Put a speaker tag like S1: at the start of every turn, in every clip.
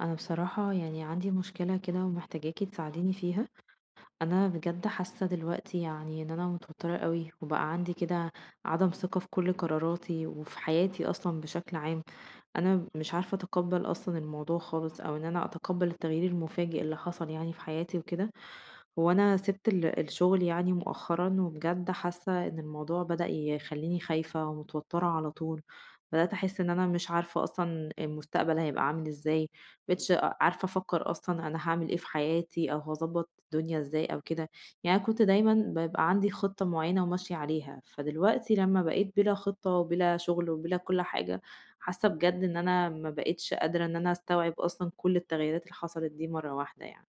S1: انا بصراحة يعني عندي مشكلة كده ومحتاجاكي تساعديني فيها. انا بجد حاسة دلوقتي يعني ان انا متوترة قوي وبقى عندي كده عدم ثقة في كل قراراتي وفي حياتي اصلا بشكل عام. انا مش عارفة اتقبل اصلا الموضوع خالص او ان انا اتقبل التغيير المفاجئ اللي حصل يعني في حياتي وكده. هو أنا سِبت الشغل يعني مؤخرًا، وبجد حاسة إن الموضوع بدأ يخلّيني خايفة ومتوترة على طول، بدأت أحس إن أنا مش عارفة أصلًا المستقبل هيبقى عامل إزاي، ما بقيتش عارفة أفكّر أصلًا أنا هاعمل إيه في حياتي، أو هاضبّط الدنيا إزاي أو كده، يعني أنا كنت دايمًا بيبقى عندي خطة معيّنة وماشية عليها، فدلوقتي لمّا بقيت بلا خطة وبلا شغل وبلا كل حاجة، حاسة بجد إن أنا ما بقيتش قادرة إن أنا أستوعب أصلًا كل التغييرات اللي حصلت دي مرّة واحدة يعني.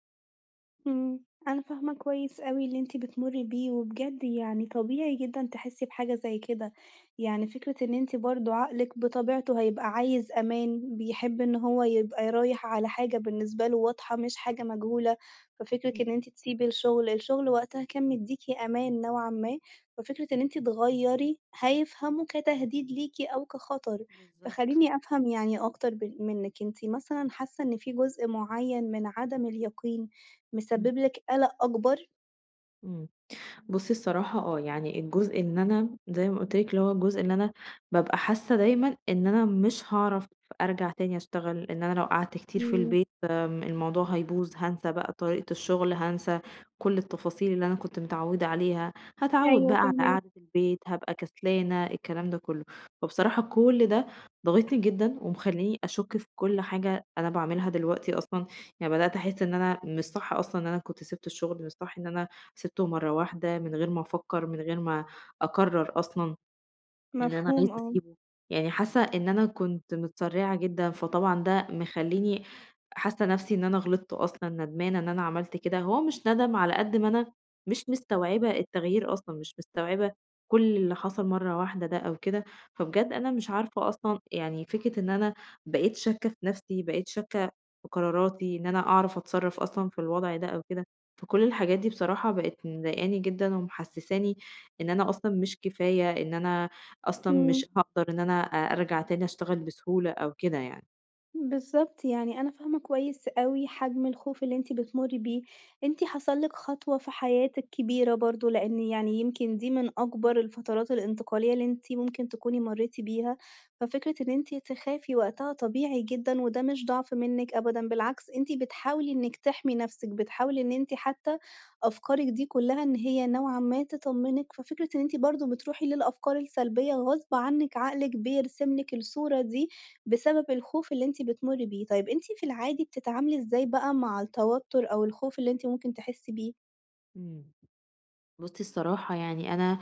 S2: أنا فاهمة كويس أوي اللي أنتِ بتمُرّي بيه، وبجد يعني طبيعي جدًا تحسّي بحاجة زي كده، يعني فكرة إن أنتِ برضه عقلِك بطبيعته هيبقى عايز أمان، بيحب إن هو يبقى رايح على حاجة بالنسبة له واضحة مش حاجة مجهولة، ففكرة إن
S1: إمم،
S2: أنتِ تسيبي الشغل، الشغل وقتها كان مدّيكِ أمان نوعًا ما، ففكرة إن أنتِ تغيّري هيفهموا كتهديد ليكِ أو كخطر،
S1: بالضبط.
S2: فخلّيني أفهم يعني أكتر ب منِّك، أنتِ مثلًا حاسة إن في جزء معيّن من عدم اليقين مسبب لِك قَلَق أكبر.
S1: إمم. بُصّي الصراحة آه، يعني الجزء إن أنا زي ما قُلت لِك اللي هو الجزء اللي أنا بابقى حاسة دايمًا إن أنا مش هاعرف أرجع تاني أشتغل، إن أنا لو قعدت كتير في
S2: إمم،
S1: البيت الموضوع هيبوظ، هانسى بقى طريقة الشغل، هانسى كل التفاصيل اللي أنا كنت متعودة عليها، هاتعود
S2: أيوه
S1: بقى على
S2: فاهماكِ.
S1: قعدة البيت، هابقى كسلانة، الكلام ده كله. فبصراحة كل ده ضاغطني جدًا ومخلّيني أشُك في كل حاجة أنا باعملها دلوقتي أصلًا، يعني بدأت أحس إن أنا مش صح أصلًا إن أنا كنت سِبت الشغل، مش صح إن أنا سِبته مرّة واحدة من غير ما أفكّر، من غير ما أقرّر أصلًا. إن أنا
S2: مفهوم،
S1: عايزة
S2: آه.
S1: أسيبه، يعني حاسة إن أنا كنت متسرعة جدًا، فطبعًا ده مخلّيني حاسة نفسي إن أنا غلطت أصلًا، ندمانة إن أنا عملت كده، هو مش ندم على قد ما أنا مش مستوعبة التغيير أصلًا، مش مستوعبة كل اللي حصل مرة واحدة ده أو كده، فبجد أنا مش عارفة أصلًا يعني فكرة إن أنا بقيت شاكة في نفسي، بقيت شاكة في قراراتي، إن أنا أعرف أتصرف أصلًا في الوضع ده أو كده، فكل الحاجات دي بصراحة بقت مضايقاني جدًا ومحسساني إن أنا أصلًا مش كفاية، إن أنا أصلًا
S2: إمم.
S1: مش هاقدر إن أنا أرجع تاني أشتغل بسهولة أو كده يعني.
S2: بالضبط، يعني أنا فاهمة كويس أوي حجم الخوف اللي أنتِ بتمُرّي بيه، أنتِ حصل لِك خطوة في حياتِك كبيرة برضه، لإن يعني يمكن دي من أكبر الفترات الانتقالية اللي أنتِ ممكن تكوني مرّيتِ بيها، ففكرة إن أنتِ تخافي وقتها طبيعي جدًا، وده مش ضعف منِّك أبدًا، بالعكس أنتِ بتحاولي إنِّك تحمي نَفْسِك، بتحاولي إن أنتِ حتى أفكارِك دي كلّها إن هي نوعًا ما تطمّنِك، ففكرة إن أنتِ برضه بتروحي للأفكار السلبية غصب عنِّك عقلِك بيرسم لِك الصورة دي، بسبب الخوف اللي أنتِ بتمُرّي بيه. طيب أنتِ في العادي بتتعاملي إزاي بقى مع التوتُّر أو الخوف اللي أنتِ ممكن تحسّي بيه؟
S1: إمم. بُصّي الصراحة يعني أنا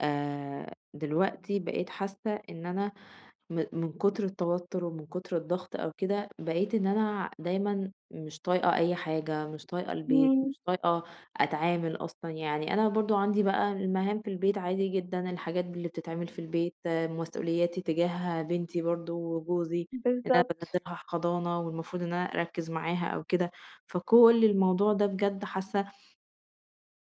S1: دلوقتي بقيت حاسة إن أنا من كتر التوتر ومن كتر الضغط أو كده، بقيت إن أنا دايمًا مش طايقة أي حاجة، مش طايقة البيت،
S2: إمم،
S1: مش طايقة أتعامل أصلًا، يعني أنا برضه عندي بقى المهام في البيت عادي جدًا، الحاجات اللي بتتعمل في البيت، آه، مسؤولياتي تجاه بنتي برضه وجوزي، إن أنا
S2: بالضبط،
S1: بانزلها حضانة والمفروض إن أنا أركّز معاها أو كده، فكل الموضوع ده بجد حاسة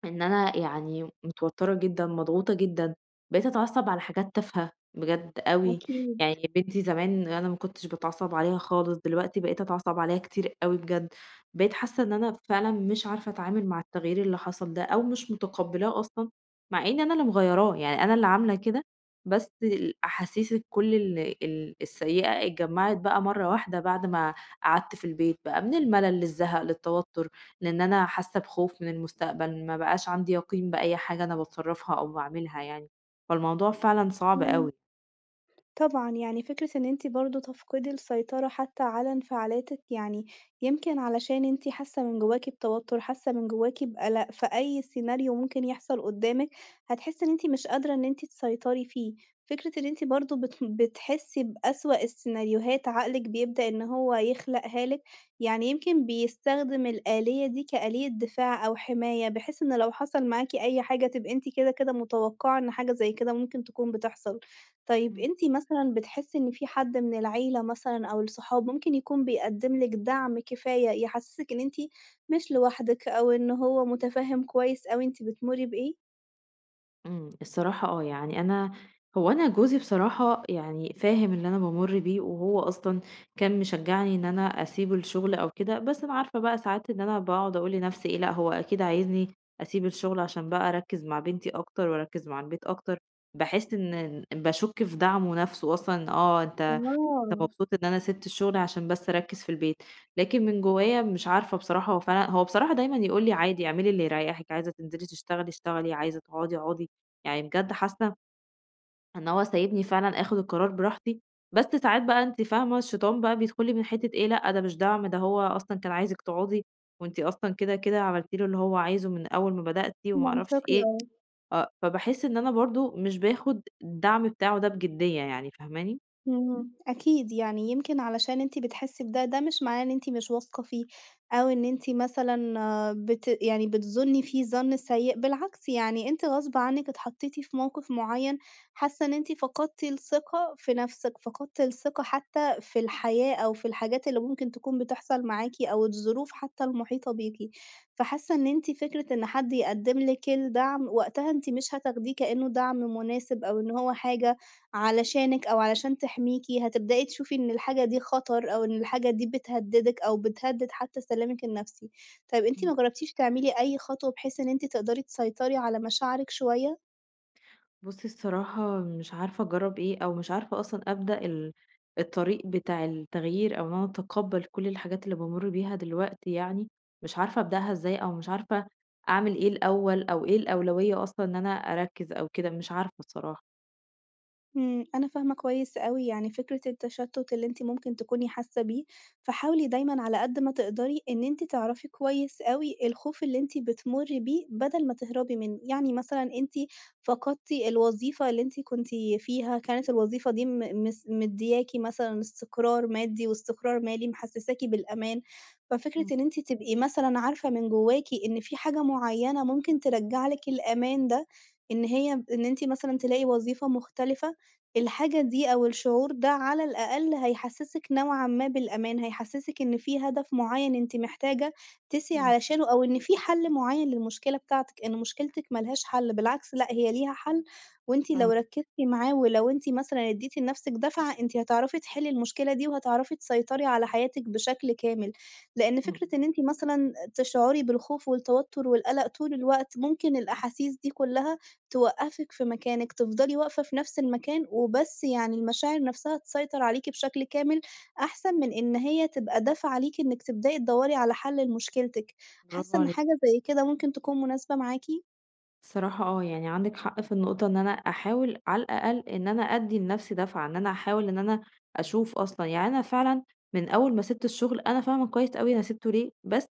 S1: إن أنا يعني متوترة جدًا، مضغوطة جدًا، بقيت أتعصب على حاجات تافهة بجد أوي،
S2: أكيد.
S1: يعني بنتي زمان أنا ما كنتش باتعصب عليها خالص، دلوقتي بقيت أتعصب عليها كتير أوي بجد، بقيت حاسة إن أنا فعلًا مش عارفة أتعامل مع التغيير اللي حصل ده، أو مش متقبلاه أصلًا، مع إن أنا اللي مغيراه، يعني أنا اللي عاملة كده، بس الأحاسيس الكل ال السيئة اتجمعت بقى مرة واحدة بعد ما قعدت في البيت بقى، من الملل للزهق للتوتر. لإن أنا حاسة بخوف من المستقبل، ما بقاش عندي يقين بأي حاجة أنا باتصرّفها أو باعملها يعني، فالموضوع فعلًا صعب
S2: مم.
S1: أوي.
S2: طبعًا، يعني فكرة إن أنتِ برضه تفقدي السيطرة حتى على انفعالاتِك، يعني يمكن علشان أنتِ حاسة من جواكِ بتوتر، حاسة من جواكِ بقلق، فأي سيناريو ممكن يحصل قدامِك هتحسي إن أنتِ مش قادرة إن أنتِ تسيطري فيه. فكرة إن أنتِ برضه بتحسي بأسوأ السيناريوهات، عقلِك بيبدأ إن هو يخلقها لِك، يعني يمكن بيستخدم الآلية دي كآلية دفاع أو حماية، بحيث إن لو حصل معاكِ أي حاجة تبقي أنتِ كده كده متوقعة إن حاجة زي كده ممكن تكون بتحصل. طيب
S1: إمم.
S2: أنتِ مثلًا بتحسّي إن في حد من العيلة مثلًا أو الصحاب ممكن يكون بيقدّم لِك دعم كفاية يحسّسِك إن أنتِ مش لوحدِك أو إن هو مُتفهِّم كويس أوي أنتِ بتمُرّي بإيه؟
S1: إمم، الصراحة آه، يعني أنا هو أنا جوزي بصراحة يعني فاهم اللي أنا بامُر بيه، وهو أصلًا كان مشجّعني إن أنا أسيب الشغل أو كده، بس أنا عارفة بقى ساعات إن أنا باقعد أقول لنفسي إيه، لأ هو أكيد عايزني أسيب الشغل عشان بقى أركّز مع بنتي أكتر وأركّز مع البيت أكتر، باحس إن باشُك في دعمه نفسه أصلًا، آه أنت كنت
S2: آه،
S1: مبسوطة إن أنا سِبت الشغل عشان بس أركّز في البيت، لكن من جوايا مش عارفة بصراحة هو بصراحة دايمًا يقول لي: "عادي اعملي اللي يريّحِك، عايزة تنزلي تشتغلي اشتغلي، عايزة تقعدي اقعدي." يعني بجد حاسة إن هو سايبني فعلًا آخُد القرار براحتي، بس ساعات بقى أنتِ فاهمة الشيطان بقى بيدخل لي من حتّة إيه، لأ ده مش دعم، ده هو أصلًا كان عايزِك تقعدي وأنتِ أصلًا كده، كده عملتِ له اللي هو عايزه من أول ما بدأتِ وما أعرفش
S2: منطقي
S1: إيه،
S2: آه.
S1: آه، فباحس إن أنا برضه مش باخُد الدعم بتاعه ده بجدية يعني، فاهماني؟
S2: اهم، أكيد، يعني يمكن علشان أنتِ بتحسّي بده، ده مش معناه إن أنتِ مش واثقة فيه، أو إن أنتِ مثلًا آه، يعني بتظُنّي فيه الظَّن السيء، بالعكس يعني أنتِ غصب عنِّك اتحطّيتِ في موقف معيّن، حاسّة إن أنتِ فقدتِ الثقة في نَفْسِك، فقدتِ الثقة حتى في الحياة أو في الحاجات اللي ممكن تكون بتحصل معاكِ أو الظروف حتى المحيطة بيكِ، فحاسّة إن أنتِ فكرة إن حد يقدّم لِك الدعم، وقتها أنتِ مش هتاخديه كإنه دعم مناسب أو إن هو حاجة علشانِك أو علشان تحميكِ، هتبدئي تشوفي إن الحاجة دي خطر أو إن الحاجة دي بتهددِك أو بتهدد حتى سلامِك النفسي. طيب أنتِ ما جربتيش تعملي أي خطوة بحيث إن أنتِ تقدري تسيطري على مشاعرِك شوية؟
S1: بُصّي الصراحة مش عارفة أجرّب إيه، أو مش عارفة أصلًا أبدأ الطريق بتاع التغيير، أو إن أنا أتقبّل كل الحاجات اللي بامُر بيها دلوقتي يعني، مش عارفة أبدأها إزاي، أو مش عارفة أعمل إيه الأول، أو إيه الأولوية أصلًا إن أنا أركّز أو كده، مش عارفة الصراحة.
S2: أنا فاهمة كويس أوي يعني فكرة التشتُّت اللي أنتِ ممكن تكوني حاسة بيه، فحاولي دايمًا على قد ما تقدري إن أنتِ تعرفي كويس أوي الخوف اللي أنتِ بتمُرّي بيه بدل ما تهربي منه، يعني مثلًا أنتِ فقدتِ الوظيفة اللي أنتِ كنتِ فيها، كانت الوظيفة دي م مس مدّياكِ مثلًا استقرار مادي واستقرار مالي، محسّساكِ بالأمان، ففكرة
S1: إمم،
S2: إن أنتِ تبقي مثلًا عارفة من جوّاكِ إن في حاجة معيّنة ممكن ترجّع لِك الأمان ده، إن هي إن أنتِ مثلًا تلاقي وظيفة مختلفة، الحاجة دي أو الشعور ده على الأقل هيحسّسِك نوعًا ما بالأمان، هيحسّسِك إن في هدف معيّن أنتِ محتاجة تسعي
S1: إمم،
S2: علشانه أو إن في حل معيّن للمشكلة بتاعتِك، إن مشكلتِك ما لهاش حل، بالعكس لأ هي ليها حل وأنتِ لو
S1: فاهماكِ،
S2: ركّزتِ معاه ولو أنتِ مثلًا ادّيتِ لنَفْسِك دَفعة، أنتِ هتعرفي تحلّي المشكلة دي وهتعرفي تسيطري على حياتِك بشكل كامل، لإن
S1: إمم،
S2: فكرة
S1: إمم.
S2: إن أنتِ مثلًا تشعري بالخوف والتوتر والقلق طول الوقت، ممكن الأحاسيس دي كُلّها توقّفِك في مكانِك، تفضلي واقفة في نفس المكان وبس يعني المشاعر نفسها تسيطر عليكِ بشكل كامل، أحسن من إن هي تبقى دافعة ليكِ إنِّك تبدئي تدوّري على حل لمشكلتِك. حاسة
S1: برافو
S2: إن
S1: عليكِ.
S2: حاجة زي كده ممكن تكون مناسبة معاكِ؟
S1: الصراحة آه، يعني عندِك حق في النقطة إن أنا أحاول على الأقل إن أنا أدّي لنفسي دفعة، إن أنا أحاول إن أنا أشوف أصلًا، يعني أنا فعلًا من أول ما سِبت الشغل أنا فاهمة كويس أوي أنا سِبته ليه، بس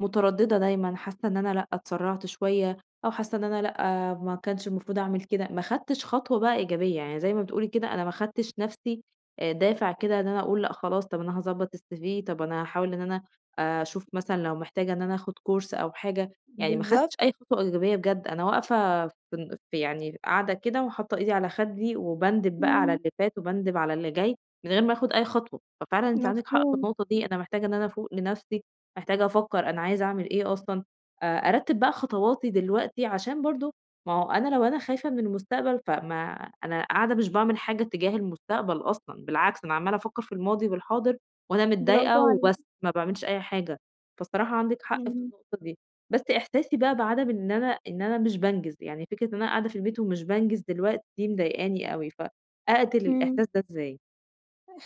S1: مترددة دايمًا، حاسة إن أنا لأ اتسرعت شوية، أو حاسة إن أنا لأ ما كانش المفروض أعمل كده، ما خدتش خطوة بقى إيجابية، يعني زي ما بتقولي كده أنا ما خدتش نفسي دافع كده إن أنا أقول لأ خلاص طب أنا هاضبّط الCV، طب أنا هاحاول إن أنا آه، أشوف مثلًا لو محتاجة إن أنا آخد course أو حاجة، يعني ما خدتش
S2: بالضبط،
S1: أي خطوة إيجابية بجد، أنا واقفة في يعني قاعدة كده وحاطة إيدي على خدي، وباندب بقى على
S2: إمم،
S1: اللي فات وباندب على اللي جاي، من غير ما آخد أي خطوة، ففعلًا أنتِ عندِك حق في
S2: مفهوم،
S1: النقطة دي، أنا محتاجة إن أنا أفوق لنفسي، محتاجة أفكر أنا عايزة أعمل إيه أصلًا، أرتب بقى خطواتي دلوقتي عشان برضه ما هو أنا لو أنا خايفة من المستقبل، فما أنا قاعدة مش باعمل حاجة تجاه المستقبل أصلًا، بالعكس أنا عمّالة أفكر في الماضي والحاضر وأنا
S2: برافو
S1: متضايقة
S2: عليكِ،
S1: وبس، ما باعملش أي حاجة، فالصراحة عندِك حق في
S2: إمم،
S1: النقطة دي. بس إحساسي بقى بعدم إن أنا مش بانجز، يعني فكرة إن أنا قاعدة في البيت ومش بانجز دلوقتي دي مضايقاني أوي، فأقتل
S2: إمم.
S1: الإحساس ده إزاي؟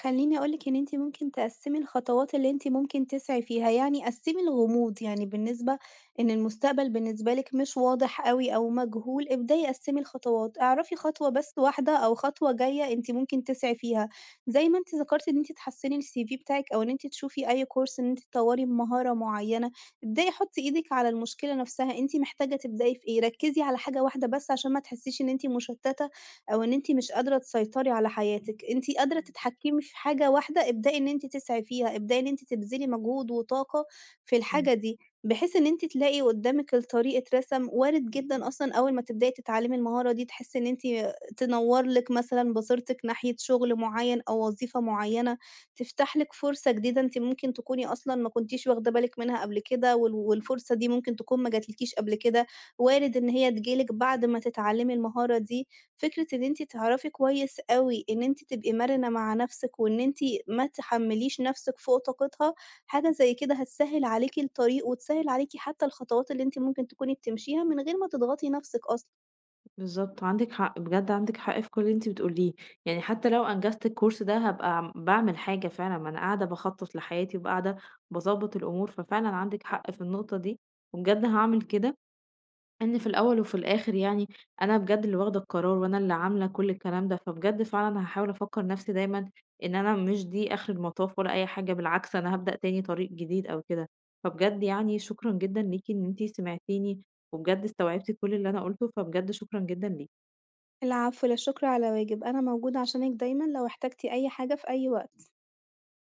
S2: خلّيني أقول لِك إن أنتِ ممكن تقسّمي الخطوات اللي أنتِ ممكن تسعي فيها، يعني قسّمي الغموض، يعني بالنسبة إن المستقبل بالنسبة لِك مش واضح أوي أو مجهول، ابدئي قسّمي الخطوات، اعرفي خطوة بس واحدة أو خطوة جاية أنتِ ممكن تسعي فيها، زي ما أنتِ ذكرتِ إن أنتِ تحسّني الCV بتاعِك أو إن أنتِ تشوفي أي course إن أنتِ تطوّري مهارة معيّنة، ابدئي حُطّي إيدِك على المشكلة نفسها، أنتِ محتاجة تبدئي في إيه، ركّزي على حاجة واحدة بس عشان ما تحسّيش إن أنتِ مشتّتة أو إن أنتِ مش قادرة تسيطري على حياتِك، أنتِ قادرة
S1: فهمتِك،
S2: تتحكمي في حاجة واحدة، ابدئي إن أنتِ تسعي فيها، ابدئي إن أنتِ تبذلي مجهود وطاقة في
S1: إمم،
S2: الحاجة دي، بحيث إن أنتِ تلاقي قدّامِك الطريق اترسم، وارد جدًا أصلًا أول ما تبدئي تتعلمي المهارة دي تحسي إن أنتِ تنوّر لِك مثلًا بصيرتِك ناحية شغل معيّن أو وظيفة معيّنة، تفتح لِك فرصة جديدة أنتِ ممكن تكوني أصلًا ما كنتيش واخدة بالِك منها قبل كده، والفرصة دي ممكن تكون ما جاتلكيش قبل كده، وارد إن هي تيجي لِك بعد ما تتعلمي المهارة دي فكرة إن أنتِ تعرفي كويس أوي إن أنتِ تبقي مرنة مع نفسِك، وإن أنتِ ما تحمّليش نفسِك فوق طاقتها، حاجة زي كده هتسهّل عليكِ الطريق، وتسهّل عليكِ حتى الخطوات اللي أنتِ ممكن تكوني بتمشيها من غير ما تضغطي نفسِك أصلًا.
S1: بالضبط عندِك حق، بجد عندِك حق في كل اللي أنتِ بتقوليه، يعني حتى لو أنجزت الكورس ده هابقى م باعمل حاجة فعلًا، ما أنا قاعدة باخطط لحياتي وقاعدة باضبّط الأمور، ففعلًا عندِك حق في النقطة دي، وبجد هاعمل كده إن في الأول وفي الآخر يعني أنا بجد اللي واخدة القرار وأنا اللي عاملة كل الكلام ده، فبجد فعلًا هاحاول أفكّر نَفْسي دايمًا إن أنا مش دي آخر المطاف ولا أي حاجة، بالعكس أنا هابدأ تاني طريق جديد أو كده. فبجد يعني شكرًا جدًا ليكِ إن أنتِ سمعتيني، وبجد استوعبتِ كل اللي أنا قُلته، فبجد شكرًا جدًا ليكِ.
S2: العفو، لا شكر على واجب، أنا موجودة عشانِك دايمًا لو احتجتِ أي حاجة في أي وقت.